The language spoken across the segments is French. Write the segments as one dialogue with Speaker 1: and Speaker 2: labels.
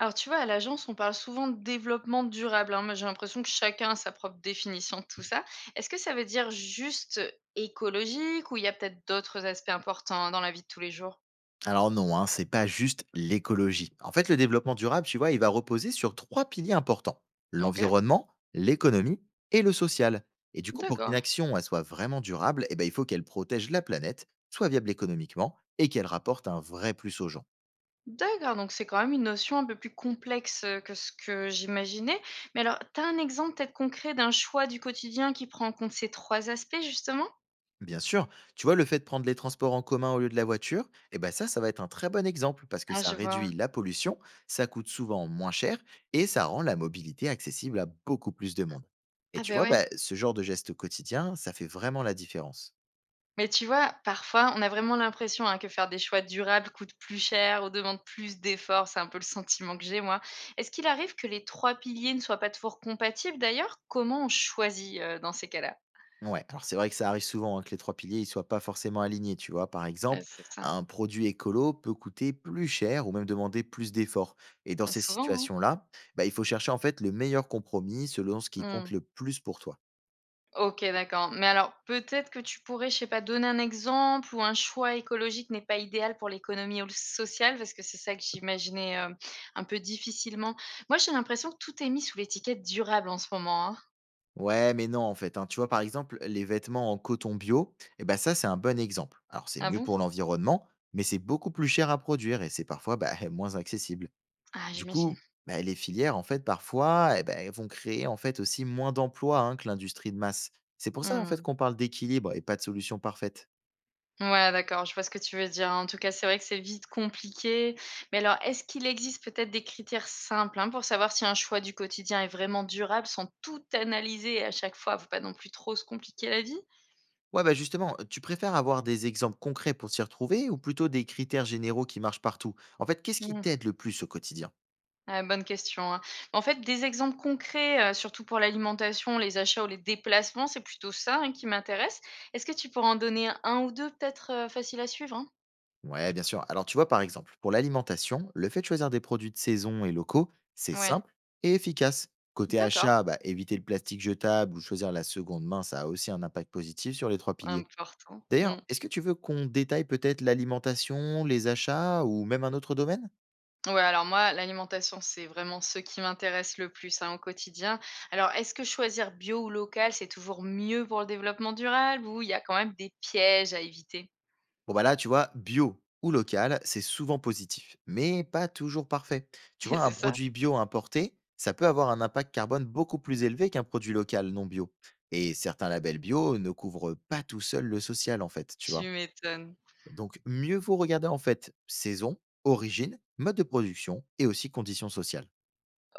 Speaker 1: Alors tu vois, à l'agence, on parle souvent de développement durable, hein, mais j'ai l'impression que chacun a sa propre définition de tout ça. Est-ce que ça veut dire juste écologique ou il y a peut-être d'autres aspects importants dans la vie de tous les jours?
Speaker 2: Alors non, hein, c'est pas juste l'écologie. En fait, le développement durable, tu vois, il va reposer sur trois piliers importants.
Speaker 1: Ok,
Speaker 2: L'environnement, l'économie et le social. Et du coup, pour qu'une
Speaker 1: d'accord.
Speaker 2: action elle soit vraiment durable, eh ben, il faut qu'elle protège la planète, soit viable économiquement et qu'elle rapporte un vrai plus aux gens.
Speaker 1: D'accord, donc c'est quand même une notion un peu plus complexe que ce que j'imaginais. Mais alors, t'as un exemple peut-être concret d'un choix du quotidien qui prend en compte ces trois aspects, justement?
Speaker 2: Bien sûr, tu vois, le fait de prendre les transports en commun au lieu de la voiture, eh ben ça va être un très bon exemple parce que
Speaker 1: Ah,
Speaker 2: ça
Speaker 1: je
Speaker 2: réduit
Speaker 1: vois.
Speaker 2: la pollution, ça coûte souvent moins cher et ça rend la mobilité accessible à beaucoup plus de monde. Et
Speaker 1: Ah
Speaker 2: tu
Speaker 1: ben
Speaker 2: vois,
Speaker 1: ouais.
Speaker 2: bah, ce genre de geste quotidien, ça fait vraiment la différence.
Speaker 1: Mais tu vois, parfois, on a vraiment l'impression, hein, que faire des choix durables coûte plus cher ou demande plus d'efforts. C'est un peu le sentiment que j'ai, moi. Est-ce qu'il arrive que les 3 piliers ne soient pas toujours compatibles d'ailleurs? Comment on choisit, dans ces cas-là?
Speaker 2: Ouais, alors c'est vrai que ça arrive souvent hein, que les trois piliers ne soient pas forcément alignés, tu vois. Par
Speaker 1: Ah,
Speaker 2: exemple,
Speaker 1: c'est ça.
Speaker 2: un produit écolo peut coûter plus cher ou même demander plus d'efforts. Et dans
Speaker 1: Bah,
Speaker 2: ces
Speaker 1: souvent, hein.
Speaker 2: situations-là, bah, il faut chercher en fait le meilleur compromis selon ce qui compte
Speaker 1: Mmh.
Speaker 2: le plus pour toi.
Speaker 1: OK, d'accord. Mais alors, peut-être que tu pourrais, je sais pas, donner un exemple où un choix écologique n'est pas idéal pour l'économie ou le social? Parce que c'est ça que j'imaginais, un peu difficilement. Moi, j'ai l'impression que tout est mis sous l'étiquette durable en ce moment, hein.
Speaker 2: Ouais, mais non, en fait, hein. Tu vois, par exemple, les vêtements en coton bio, eh ben ça, c'est un bon exemple. Alors, c'est
Speaker 1: Ah
Speaker 2: mieux
Speaker 1: bon?
Speaker 2: pour l'environnement, mais c'est beaucoup plus cher à produire et c'est parfois bah, moins accessible.
Speaker 1: Ah,
Speaker 2: Du
Speaker 1: j'imagine.
Speaker 2: coup, bah, les filières, en fait, parfois, eh ben, elles vont créer en fait aussi moins d'emplois hein, que l'industrie de masse. C'est pour ça, en fait,
Speaker 1: Mmh.
Speaker 2: qu'on parle d'équilibre et pas de solution parfaite.
Speaker 1: Ouais, d'accord, je vois ce que tu veux dire. En tout cas, c'est vrai que c'est vite compliqué. Mais alors, est-ce qu'il existe peut-être des critères simples, hein, pour savoir si un choix du quotidien est vraiment durable sans tout analyser à chaque fois? Faut pas non plus trop se compliquer la vie?
Speaker 2: Ouais, bah justement, tu préfères avoir des exemples concrets pour s'y retrouver ou plutôt des critères généraux qui marchent partout? En fait, qu'est-ce qui
Speaker 1: Mmh.
Speaker 2: t'aide le plus au quotidien?
Speaker 1: Ah, bonne question, hein. En fait, des exemples concrets, surtout pour l'alimentation, les achats ou les déplacements, c'est plutôt ça, hein, qui m'intéresse. Est-ce que tu pourrais en donner un ou 2, peut-être, faciles à suivre, hein?
Speaker 2: Ouais, bien sûr. Alors, tu vois, par exemple, pour l'alimentation, le fait de choisir des produits de saison et locaux, c'est
Speaker 1: Ouais,
Speaker 2: simple et efficace. Côté
Speaker 1: d'accord,
Speaker 2: achat, bah, éviter le plastique jetable ou choisir la seconde main, ça a aussi un impact positif sur les trois piliers.
Speaker 1: important.
Speaker 2: D'ailleurs,
Speaker 1: Mmh.
Speaker 2: est-ce que tu veux qu'on détaille peut-être l'alimentation, les achats ou même un autre domaine?
Speaker 1: Ouais, alors moi, l'alimentation, c'est vraiment ce qui m'intéresse le plus hein, au quotidien. Alors, est-ce que choisir bio ou local, c'est toujours mieux pour le développement durable ou il y a quand même des pièges à éviter?
Speaker 2: Bon bah là, tu vois, bio ou local, c'est souvent positif, mais pas toujours parfait. Tu vois, un
Speaker 1: C'est ça?
Speaker 2: produit bio importé, ça peut avoir un impact carbone beaucoup plus élevé qu'un produit local non bio. Et certains labels bio ne couvrent pas tout seul le social, en fait, tu
Speaker 1: Tu
Speaker 2: vois.
Speaker 1: m'étonnes.
Speaker 2: Et donc, mieux vaut regarder, en fait, saison, origine, mode de production et aussi conditions sociales.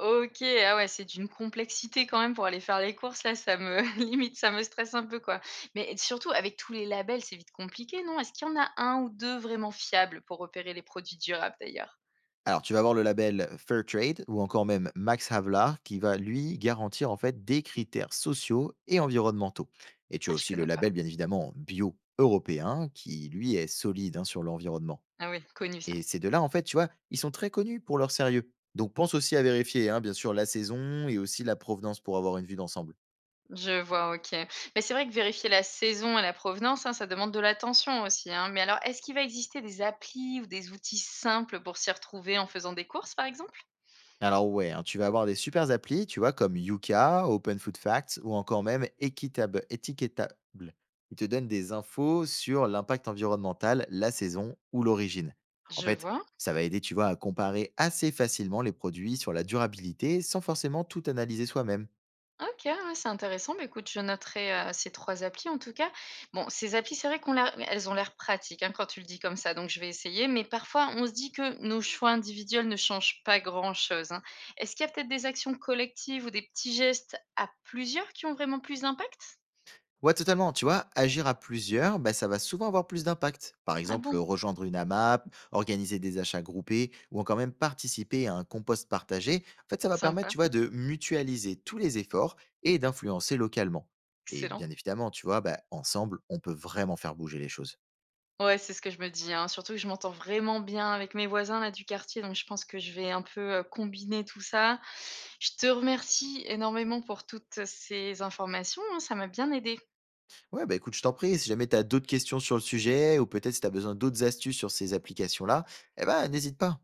Speaker 1: Ok, ah ouais, c'est d'une complexité quand même pour aller faire les courses, là, ça me limite, ça me stresse un peu, quoi. Mais surtout, avec tous les labels, c'est vite compliqué, non? Est-ce qu'il y en a un ou deux vraiment fiables pour repérer les produits durables, d'ailleurs?
Speaker 2: Alors, tu vas avoir le label Fairtrade ou encore même Max Havelaar qui va, lui, garantir en fait des critères sociaux et environnementaux. Et tu as
Speaker 1: Ah, je
Speaker 2: aussi le
Speaker 1: connais pas.
Speaker 2: label, bien évidemment, bio européen qui, lui, est solide hein, sur l'environnement.
Speaker 1: Ah oui, connu ça.
Speaker 2: Et ces deux-là, en fait, tu vois, ils sont très connus pour leur sérieux. Donc, pense aussi à vérifier, hein, bien sûr, la saison et aussi la provenance pour avoir une vue d'ensemble.
Speaker 1: Je vois, OK. Mais c'est vrai que vérifier la saison et la provenance, hein, ça demande de l'attention aussi, hein. Mais alors, est-ce qu'il va exister des applis ou des outils simples pour s'y retrouver en faisant des courses, par exemple?
Speaker 2: Alors ouais, hein, tu vas avoir des super applis, tu vois, comme Yuka, Open Food Facts ou encore même Equitable, Étiquetable. Ils te donnent des infos sur l'impact environnemental, la saison ou l'origine. En
Speaker 1: Je
Speaker 2: fait,
Speaker 1: vois.
Speaker 2: ça va aider, tu vois, à comparer assez facilement les produits sur la durabilité sans forcément tout analyser soi-même.
Speaker 1: OK, ouais, c'est intéressant. Bah, écoute, je noterai ces trois applis en tout cas. Bon, ces applis, c'est vrai elles ont l'air pratiques hein, quand tu le dis comme ça, donc je vais essayer. Mais parfois, on se dit que nos choix individuels ne changent pas grand-chose, hein. Est-ce qu'il y a peut-être des actions collectives ou des petits gestes à plusieurs qui ont vraiment plus d'impact?
Speaker 2: Ouais, totalement. Tu vois, agir à plusieurs, bah, ça va souvent avoir plus d'impact. Par
Speaker 1: Ah
Speaker 2: exemple,
Speaker 1: bon,
Speaker 2: rejoindre une AMAP, organiser des achats groupés ou encore même participer à un compost partagé. En fait, ça va permettre,
Speaker 1: sympa.
Speaker 2: tu vois, de mutualiser tous les efforts et d'influencer localement. Et
Speaker 1: Excellent.
Speaker 2: bien évidemment, tu vois, bah, ensemble, on peut vraiment faire bouger les choses.
Speaker 1: Ouais, c'est ce que je me dis, hein. Surtout que je m'entends vraiment bien avec mes voisins là du quartier, donc je pense que je vais un peu, combiner tout ça. Je te remercie énormément pour toutes ces informations, hein, ça m'a bien aidée.
Speaker 2: Ouais, bah écoute, je t'en prie, si jamais tu as d'autres questions sur le sujet ou peut-être si tu as besoin d'autres astuces sur ces applications-là, eh ben, n'hésite pas.